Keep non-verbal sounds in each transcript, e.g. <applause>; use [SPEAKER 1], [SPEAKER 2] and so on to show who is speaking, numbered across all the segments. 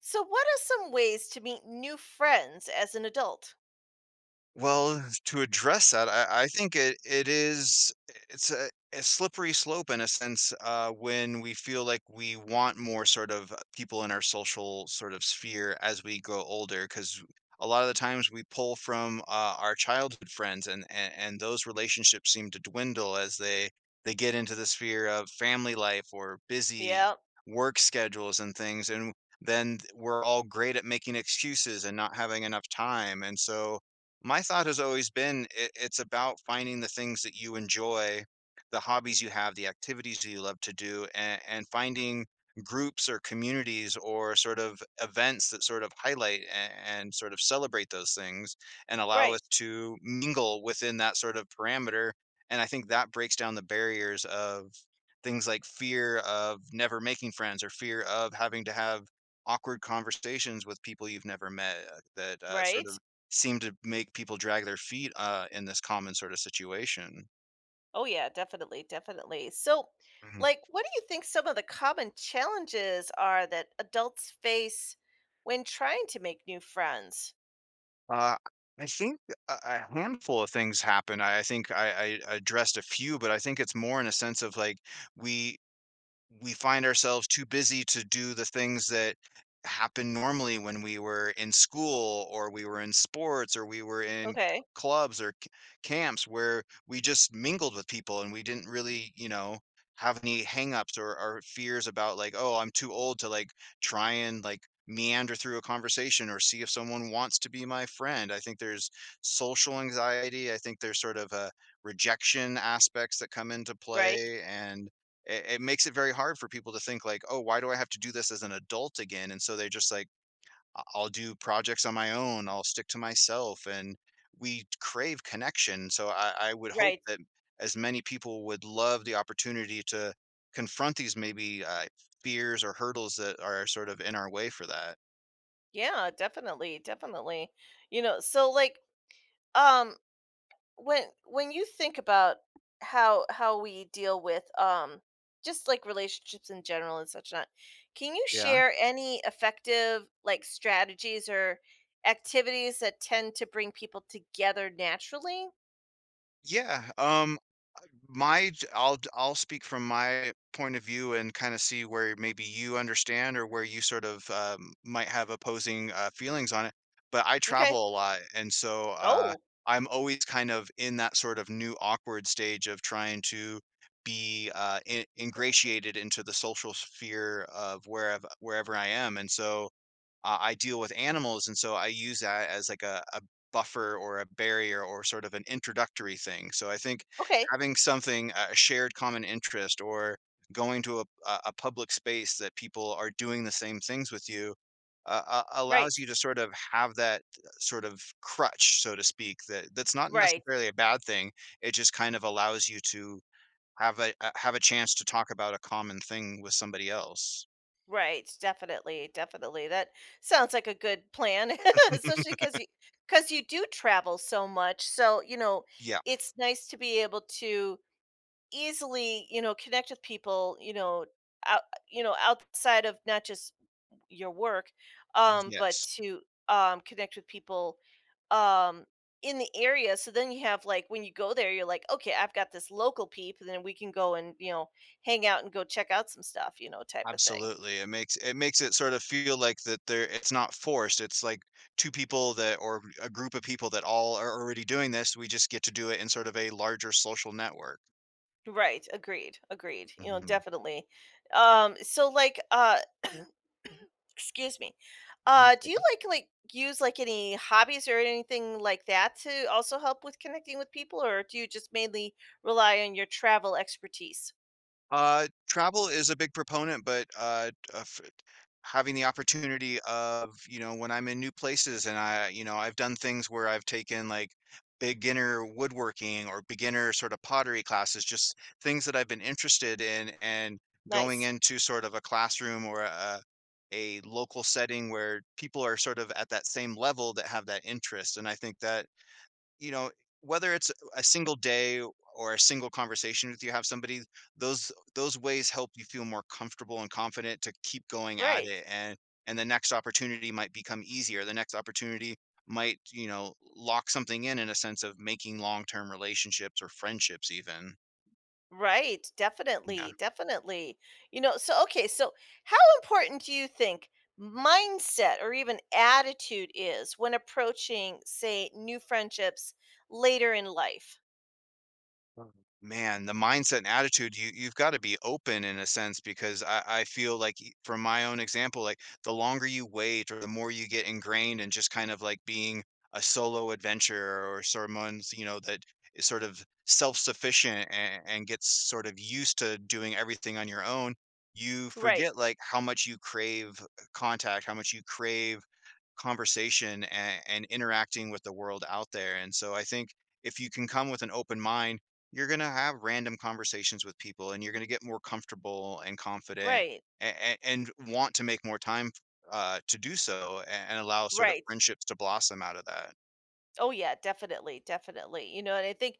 [SPEAKER 1] So, what are some ways to meet new friends as an adult?
[SPEAKER 2] Well, to address that, I think it's a slippery slope in a sense, when we feel like we want more sort of people in our social sort of sphere as we grow older, because a lot of the times we pull from, our childhood friends and those relationships seem to dwindle as they get into the sphere of family life or busy
[SPEAKER 1] Yeah,
[SPEAKER 2] work schedules and things, and then we're all great at making excuses and not having enough time, and so my thought has always been it's about finding the things that you enjoy, the hobbies you have, the activities you love to do, and finding groups or communities or sort of events that sort of highlight and sort of celebrate those things and allow us
[SPEAKER 1] right,
[SPEAKER 2] to mingle within that sort of parameter. And I think that breaks down the barriers of things like fear of never making friends or fear of having to have awkward conversations with people you've never met that sort of
[SPEAKER 1] right.
[SPEAKER 2] seem to make people drag their feet, in this common sort of situation.
[SPEAKER 1] Oh, yeah, definitely, definitely. So,
[SPEAKER 2] Mhm.
[SPEAKER 1] like, what do you think some of the common challenges are that adults face when trying to make new friends?
[SPEAKER 2] Uh, I think a handful of things happen. I think I addressed a few, but I think it's more in a sense of, like, we we find ourselves too busy to do the things that happen normally when we were in school or we were in sports or we were in
[SPEAKER 1] Okay,
[SPEAKER 2] clubs or camps where we just mingled with people and we didn't really, have any hangups or fears about, like, oh, I'm too old to, like, try and, like, meander through a conversation or see if someone wants to be my friend. I think there's social anxiety. I think there's sort of a rejection aspects that come into
[SPEAKER 1] right,
[SPEAKER 2] play and it makes it very hard for people to think like, oh, why do I have to do this as an adult again? And so they're just like, "I- will do projects on my own. I'll stick to myself." And we crave connection. So I would hope
[SPEAKER 1] right.
[SPEAKER 2] that as many people would love the opportunity to confront these maybe fears or hurdles that are sort of in our way for that.
[SPEAKER 1] Yeah, definitely, definitely. You know, so like, um, when you think about how we deal with just like relationships in general and such not, can you
[SPEAKER 2] Yeah.
[SPEAKER 1] share any effective like strategies or activities that tend to bring people together naturally?
[SPEAKER 2] Yeah. Um, my I'll I'll speak from my point of view and kind of see where maybe you understand or where you sort of might have opposing feelings on it. But I
[SPEAKER 1] Okay.
[SPEAKER 2] travel a lot, and so
[SPEAKER 1] Oh,
[SPEAKER 2] I'm always kind of in that sort of new awkward stage of trying to be ingratiated into the social sphere of wherever I am, and so I deal with animals, and so I use that as like a buffer or a barrier or sort of an introductory thing. So I think
[SPEAKER 1] okay.
[SPEAKER 2] having something a shared common interest or going to a a public space that people are doing the same things with you, allows
[SPEAKER 1] Right,
[SPEAKER 2] you to sort of have that sort of crutch, so to speak. That's not
[SPEAKER 1] right,
[SPEAKER 2] necessarily a bad thing. It just kind of allows you to have a chance to talk about a common thing with somebody else.
[SPEAKER 1] right. Definitely, definitely. That sounds like a good plan <laughs> especially because you do travel so much, so you know
[SPEAKER 2] Yeah.
[SPEAKER 1] it's nice to be able to easily, you know, connect with people, you know, out, you know, outside of not just your work, but
[SPEAKER 2] Yes.
[SPEAKER 1] to connect with people um, in the area. So then you have like when you go there, you're like, okay, I've got this local peep, and then we can go and you know hang out and go check out some stuff, you know, type of thing.
[SPEAKER 2] Absolutely. It makes it makes it sort of feel like that there it's not forced. It's like two people that or a group of people that all are already doing this. We just get to do it in sort of a larger social network.
[SPEAKER 1] Right, agreed, agreed. You know,
[SPEAKER 2] Mhm.
[SPEAKER 1] definitely. So like <clears throat> excuse me.
[SPEAKER 2] No.
[SPEAKER 1] Do you like use like any hobbies or anything like that to also help with connecting with people, or do you just mainly rely on your travel expertise?
[SPEAKER 2] Travel is a big proponent, but, of having the opportunity of, you know, when I'm in new places and I've done things where I've taken, like, beginner woodworking or beginner sort of pottery classes, just things that I've been interested in and going
[SPEAKER 1] Nice.
[SPEAKER 2] into sort of a classroom or a local setting where people are sort of at that same level that have that interest, and I think that, you know, whether it's a single day or a single conversation with you have somebody, those ways help you feel more comfortable and confident to keep going at
[SPEAKER 1] Right.
[SPEAKER 2] it and the next opportunity might become easier. The next opportunity might, you know, lock something in a sense of making long-term relationships or friendships even.
[SPEAKER 1] Right, definitely, definitely. You know, so okay, so how important do you think mindset or even attitude is when approaching, say, new friendships later in life?
[SPEAKER 2] Mhm. Man, the mindset and attitude, you've gotta be open in a sense because I feel like e from my own example, like, the longer you wait or the more you get ingrained in just kind of like being a solo adventurer or someone's, you know, that is sort of self-sufficient a and gets sort of used to doing everything on your own, you
[SPEAKER 1] Right,
[SPEAKER 2] forget, like, how much you crave contact, how much you crave conversation a and interacting with the world out there, and so I think if you can come with an open mind you're going to have random conversations with people and you're going to get more comfortable and confident
[SPEAKER 1] right,
[SPEAKER 2] and want to make more time to do so and allow sort of
[SPEAKER 1] right.
[SPEAKER 2] friendships to blossom out of that.
[SPEAKER 1] Oh yeah, definitely, definitely. You know, and I think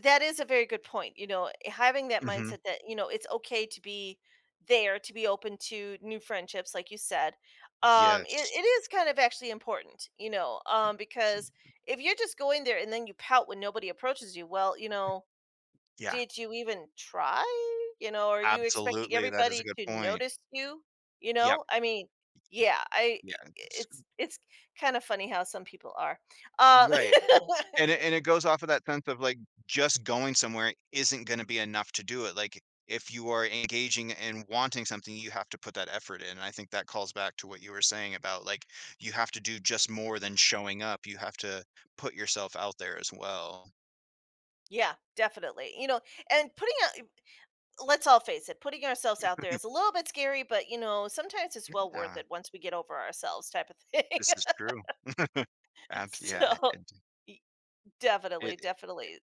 [SPEAKER 1] that is a very good point. You know, having that
[SPEAKER 2] Hmm.
[SPEAKER 1] mindset that, you know, it's okay to be there, to be open to new friendships, like you said. Um, it,
[SPEAKER 2] Yes.
[SPEAKER 1] it is kind of actually important, you know, because if you're just going there and then you pout when nobody approaches you, well, you know,
[SPEAKER 2] Yeah.
[SPEAKER 1] did you even try? You know, are you expecting
[SPEAKER 2] Absolutely. That is a
[SPEAKER 1] everybody
[SPEAKER 2] good
[SPEAKER 1] to
[SPEAKER 2] point.
[SPEAKER 1] notice you? You
[SPEAKER 2] Yep.
[SPEAKER 1] know, I mean, yeah,
[SPEAKER 2] Yeah.
[SPEAKER 1] it's kind of funny how some people are. Um
[SPEAKER 2] Right.
[SPEAKER 1] <laughs>
[SPEAKER 2] And it goes off of that sense of, like, just going somewhere isn't gonna be enough to do it, like, if you are engaging and wanting something, you have to put that effort in, and I think that calls back to what you were saying about, like, you have to do just more than showing up, you have to put yourself out there as well.
[SPEAKER 1] yeah, definitely. You know, and putting out let's all face it, putting ourselves out there is a
[SPEAKER 2] <laughs>
[SPEAKER 1] little bit scary, but you know, sometimes it's well worth
[SPEAKER 2] Yeah,
[SPEAKER 1] it once we get over ourselves type of thing.
[SPEAKER 2] this is true.
[SPEAKER 1] <laughs>
[SPEAKER 2] Abs yeah,
[SPEAKER 1] So y- definitely,
[SPEAKER 2] it
[SPEAKER 1] definitely.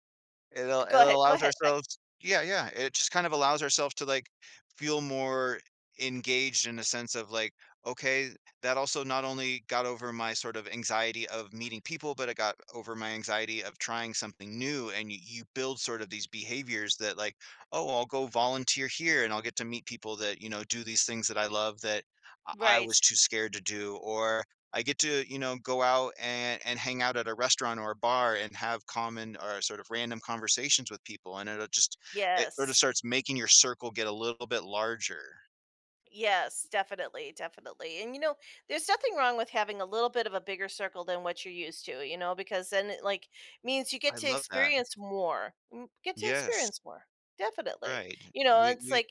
[SPEAKER 2] It al it
[SPEAKER 1] Go ahead, go
[SPEAKER 2] allows
[SPEAKER 1] ahead.
[SPEAKER 2] ourselves. Yeah, yeah, it just kind of allows ourselves to, like, feel more engaged in the sense of, like, "Okay, that also not only got over my sort of anxiety of meeting people, but it got over my anxiety of trying something new," and you build sort of these behaviors that, like, "Oh, I'll go volunteer here, and I'll get to meet people that, you know, do these things that I love that I was
[SPEAKER 1] Right.
[SPEAKER 2] too scared to do," or I get to, you know, go out and hang out at a restaurant or a bar and have common or sort of random conversations with people, and it'll just it sort of
[SPEAKER 1] Yes.
[SPEAKER 2] starts making your circle get a little bit larger.
[SPEAKER 1] Yes, definitely, definitely. And you know, there's nothing wrong with having a little bit of a bigger circle than what you're used to, you know, because then it like means you get
[SPEAKER 2] I
[SPEAKER 1] to
[SPEAKER 2] love that.
[SPEAKER 1] experience more. Mm. Get to
[SPEAKER 2] Yes,
[SPEAKER 1] experience more. Definitely.
[SPEAKER 2] right.
[SPEAKER 1] You know, it's
[SPEAKER 2] We
[SPEAKER 1] like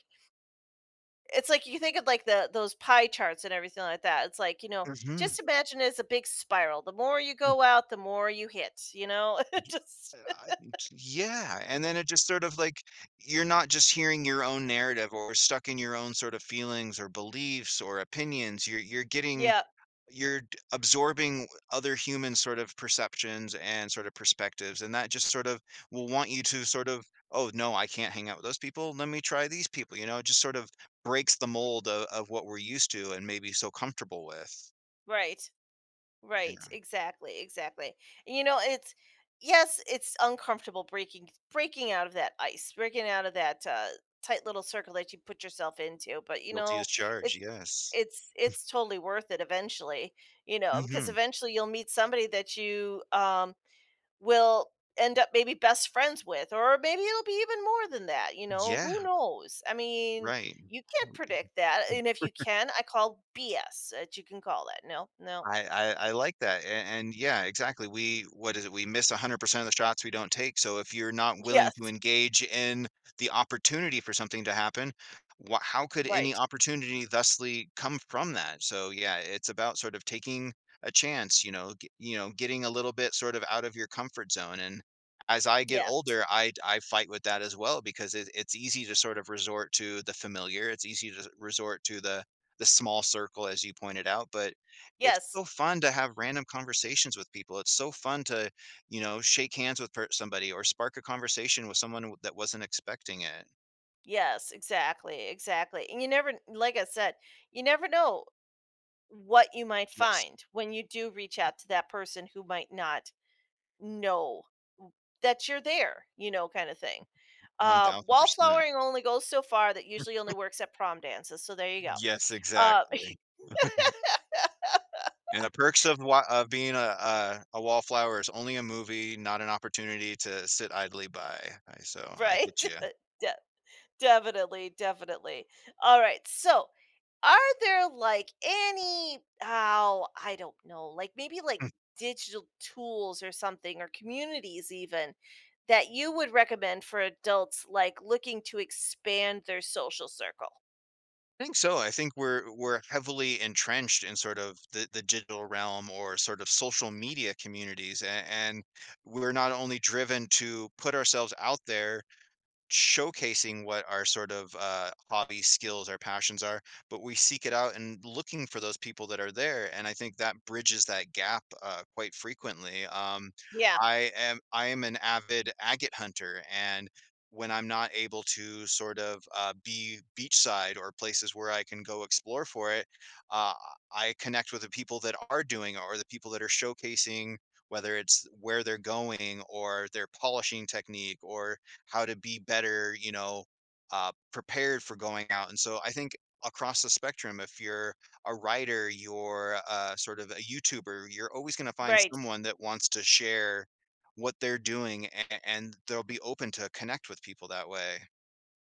[SPEAKER 1] it's like you think of like the those pie charts and everything like that. It's like, you know, just
[SPEAKER 2] Mhm.
[SPEAKER 1] imagine it's a big spiral. The more you go out, the more you hit, you know? <laughs>
[SPEAKER 2] J-
[SPEAKER 1] Just
[SPEAKER 2] I- Yeah, and then it just sort of like you're not just hearing your own narrative or stuck in your own sort of feelings or beliefs or opinions. You're getting
[SPEAKER 1] yeah,
[SPEAKER 2] you're absorbing other human sort of perceptions and sort of perspectives and that just sort of will want you to sort of oh no I can't hang out with those people let me try these people you know it just sort of breaks the mold of what we're used to and maybe so comfortable with.
[SPEAKER 1] right. Right,
[SPEAKER 2] Yeah,
[SPEAKER 1] exactly, exactly. And you know, it's yes, it's uncomfortable breaking out of that ice, breaking out of that tight little circle that you put yourself into. But you
[SPEAKER 2] guilty
[SPEAKER 1] know,
[SPEAKER 2] as charged.
[SPEAKER 1] it's
[SPEAKER 2] Yes.
[SPEAKER 1] it's totally worth it eventually. You know, because
[SPEAKER 2] Hmm.
[SPEAKER 1] eventually you'll meet somebody that you will end up maybe best friends with, or maybe it'll be even more than that. You know,
[SPEAKER 2] Yeah,
[SPEAKER 1] who knows? I mean,
[SPEAKER 2] right.
[SPEAKER 1] you can't predict that, and if you can, I call BS that you can call that. No, no.
[SPEAKER 2] I like that, a and yeah, exactly, we what is it? We miss 100% of the shots we don't take, so if you're not
[SPEAKER 1] <laughs>
[SPEAKER 2] willing to
[SPEAKER 1] Yes.
[SPEAKER 2] engage in the opportunity for something to happen, wha how could any
[SPEAKER 1] Right.
[SPEAKER 2] opportunity thusly come from that? So, yeah, it's about sort of taking a chance, you know, g you know, getting a little bit sort of out of your comfort zone, and as I get
[SPEAKER 1] Yes.
[SPEAKER 2] older, I fight with that as well because it's easy to sort of resort to the familiar, it's easy to resort to the small circle as you pointed out, but it's
[SPEAKER 1] Yes.
[SPEAKER 2] so fun to have random conversations with people. It's so fun to, you know, shake hands with per somebody or spark a conversation with someone w that wasn't expecting it.
[SPEAKER 1] Yes. Exactly. Exactly. And you never, like I said, you never know what you might
[SPEAKER 2] Yes,
[SPEAKER 1] find when you do reach out to that person who might not know w- that you're there, you know, kind of thing.
[SPEAKER 2] 1000%.
[SPEAKER 1] Wallflowering only goes so far. That usually only works at prom dances. So there you go.
[SPEAKER 2] Yes,
[SPEAKER 1] Uh, <laughs>
[SPEAKER 2] exactly. And the perks of wa of being a a wallflower is only a movie, not an opportunity to sit idly by. I so I
[SPEAKER 1] right.
[SPEAKER 2] get you.
[SPEAKER 1] <laughs> De- Definitely. Definitely. All right. So, are there like any, oh, I don't know, like maybe like digital tools or something or communities even that you would recommend for adults like looking to expand their social circle?
[SPEAKER 2] I think so. I think we're heavily entrenched in sort of the digital realm or sort of social media communities, and we're not only driven to put ourselves out there showcasing what our sort of hobby skills, our passions are, but we seek it out and looking for those people that are there. And I think that bridges that gap quite frequently.
[SPEAKER 1] Yeah.
[SPEAKER 2] I am an avid agate hunter, and when I'm not able to sort of be beachside or places where I can go explore for it, uh, I connect with the people that are doing it or the people that are showcasing. Whether it's where they're going or their polishing technique or how to be better, you know, prepared for going out. And so I think across the spectrum, if you're a writer, you're sort of a YouTuber, you're always going to find
[SPEAKER 1] Right.
[SPEAKER 2] someone that wants to share what they're doing and they'll be open to connect with people that way.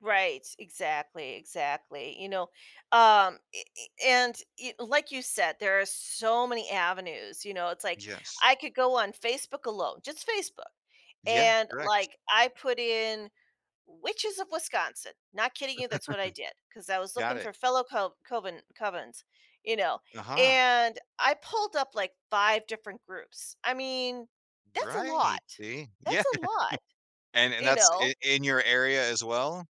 [SPEAKER 1] Right, exactly, exactly. You know, and like you said, there are so many avenues. You know, it's like
[SPEAKER 2] Yes.
[SPEAKER 1] I could go on Facebook alone, just Facebook,
[SPEAKER 2] Yeah,
[SPEAKER 1] and
[SPEAKER 2] correct.
[SPEAKER 1] like I put in Witches of Wisconsin. Not kidding you, that's what I did because I was
[SPEAKER 2] Got
[SPEAKER 1] looking
[SPEAKER 2] it.
[SPEAKER 1] for fellow covens, you know,
[SPEAKER 2] Uh-huh.
[SPEAKER 1] and I pulled up, like, 5 different groups. I mean, that's a
[SPEAKER 2] Right.
[SPEAKER 1] lot.
[SPEAKER 2] See? Yeah.
[SPEAKER 1] That's a
[SPEAKER 2] <laughs>
[SPEAKER 1] lot,
[SPEAKER 2] And
[SPEAKER 1] you
[SPEAKER 2] that's
[SPEAKER 1] know?
[SPEAKER 2] in your area as well?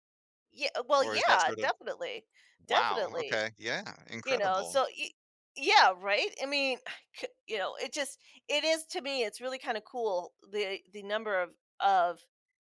[SPEAKER 1] Yeah, well,
[SPEAKER 2] Or is that
[SPEAKER 1] yeah,
[SPEAKER 2] sort of
[SPEAKER 1] definitely,
[SPEAKER 2] wow,
[SPEAKER 1] definitely,
[SPEAKER 2] okay. Yeah,
[SPEAKER 1] you know,
[SPEAKER 2] incredible.
[SPEAKER 1] so y yeah, right? I mean, <sighs> c you know, it is to me, it's really kinda cool, the number of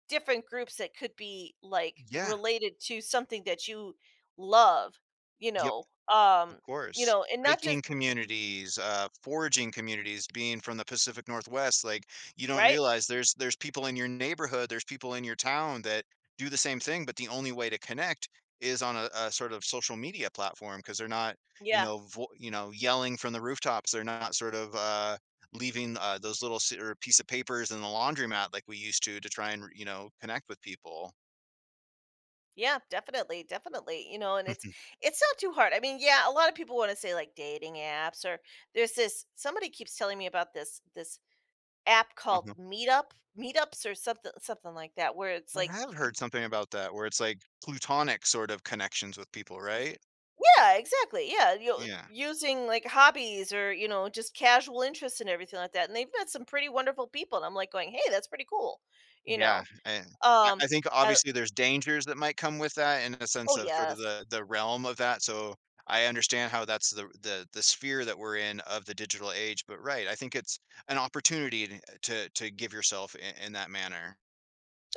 [SPEAKER 1] different groups that could be like
[SPEAKER 2] Yeah.
[SPEAKER 1] related to something that you love, you
[SPEAKER 2] Yep.
[SPEAKER 1] know, um,
[SPEAKER 2] Of
[SPEAKER 1] you
[SPEAKER 2] course.
[SPEAKER 1] know, and not just
[SPEAKER 2] Hiking communities, foraging communities, being from the Pacific Northwest, like, you don't
[SPEAKER 1] right?
[SPEAKER 2] realize there's people in your neighborhood, there's people in your town that do the same thing, but the only way to connect is on a sort of social media platform because 'cause they're not, you
[SPEAKER 1] Yeah.
[SPEAKER 2] know, vo you know, yelling from the rooftops. They're not sort of, leaving, those little s or piece of papers in the laundromat like we used to try and, you know, connect with people.
[SPEAKER 1] Yeah, definitely, definitely. You know, and it's
[SPEAKER 2] <laughs>
[SPEAKER 1] it's not too hard. I mean, yeah, a lot of people want to say like dating apps, or there's this somebody keeps telling me about this app
[SPEAKER 2] uh
[SPEAKER 1] called Meetup, Meetups or something like that where it's
[SPEAKER 2] I
[SPEAKER 1] like you
[SPEAKER 2] have
[SPEAKER 1] could.
[SPEAKER 2] heard something about that where it's like plutonic sort of connections with people, right?
[SPEAKER 1] Yeah, exactly. Yeah, you know,
[SPEAKER 2] Yeah.
[SPEAKER 1] using like hobbies or you know just casual interests and everything like that. And they've met some pretty wonderful people, and I'm like going, "Hey, that's pretty cool," you
[SPEAKER 2] Yeah.
[SPEAKER 1] know.
[SPEAKER 2] And
[SPEAKER 1] Um,
[SPEAKER 2] I think
[SPEAKER 1] I don't-
[SPEAKER 2] obviously there's dangers that might come with that in a
[SPEAKER 1] oh
[SPEAKER 2] sense of sort of
[SPEAKER 1] yes,
[SPEAKER 2] the realm of that. So I understand how that's the the sphere that we're in of the digital age, but right, I think it's an opportunity to to give yourself in that manner.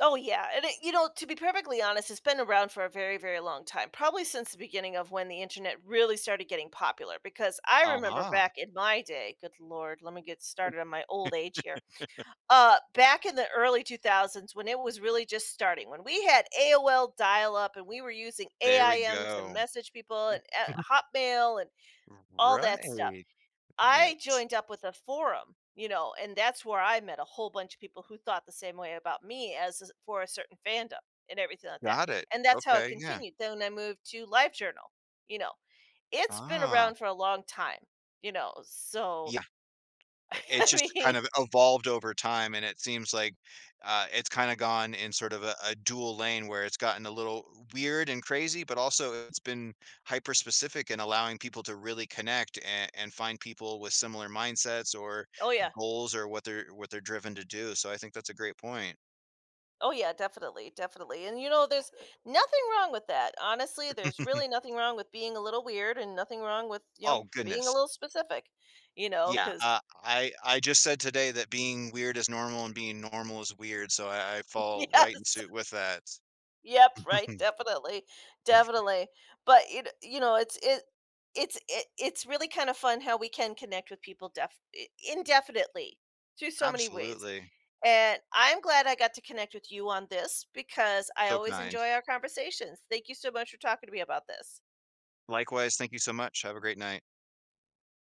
[SPEAKER 1] oh yeah, and it, you know, to be perfectly honest, it's been around for a very, very long time, probably since the beginning of when the internet really started getting popular. Because I remember
[SPEAKER 2] Uh-huh.
[SPEAKER 1] back in my day, good lord, let me get started on my old age here. Back in the early 2000s when it was really just starting, when we had AOL dial up and we were using
[SPEAKER 2] There we
[SPEAKER 1] AIM to
[SPEAKER 2] go.
[SPEAKER 1] message people, and
[SPEAKER 2] <laughs>
[SPEAKER 1] Hotmail and all that stuff.
[SPEAKER 2] Right.
[SPEAKER 1] I
[SPEAKER 2] Yes.
[SPEAKER 1] joined up with a forum, you know, and that's where I met a whole bunch of people who thought the same way about me for a certain fandom and everything like that.
[SPEAKER 2] Got it.
[SPEAKER 1] And that's how it
[SPEAKER 2] Okay, yeah.
[SPEAKER 1] continued. Then I moved to LiveJournal. You know, it's been
[SPEAKER 2] Ah.
[SPEAKER 1] around for a long time, you know. So,
[SPEAKER 2] I
[SPEAKER 1] <laughs>
[SPEAKER 2] it
[SPEAKER 1] I
[SPEAKER 2] just
[SPEAKER 1] mean,
[SPEAKER 2] kind of evolved over time, and it seems like, it's kinda gone in sort of a dual lane where it's gotten a little weird and crazy, but also it's been hyper specific and allowing people to really connect and find people with similar mindsets or
[SPEAKER 1] oh yeah.
[SPEAKER 2] goals or what they're driven to do, so I think that's a great point.
[SPEAKER 1] Oh yeah, definitely, definitely. And you know, there's nothing wrong with that. Honestly, there's really
[SPEAKER 2] <laughs>
[SPEAKER 1] nothing wrong with being a little weird and nothing wrong with, you know,
[SPEAKER 2] Oh,
[SPEAKER 1] being a
[SPEAKER 2] goodness.
[SPEAKER 1] little specific, you know,
[SPEAKER 2] Yeah,
[SPEAKER 1] cuz
[SPEAKER 2] I just said today that being weird is normal and being normal is weird, so I
[SPEAKER 1] <laughs>
[SPEAKER 2] fall right in
[SPEAKER 1] yes.
[SPEAKER 2] suit with that.
[SPEAKER 1] Yep, right,
[SPEAKER 2] <laughs>
[SPEAKER 1] definitely. Definitely. But it you know, it's really kind of fun how we can connect with people indefinitely through so many ways.
[SPEAKER 2] Absolutely.
[SPEAKER 1] And I'm glad I got to connect with you on this because I
[SPEAKER 2] So
[SPEAKER 1] always
[SPEAKER 2] kind.
[SPEAKER 1] enjoy our conversations. Thank you so much for talking to me about this.
[SPEAKER 2] Likewise, thank you so much. Have a great night.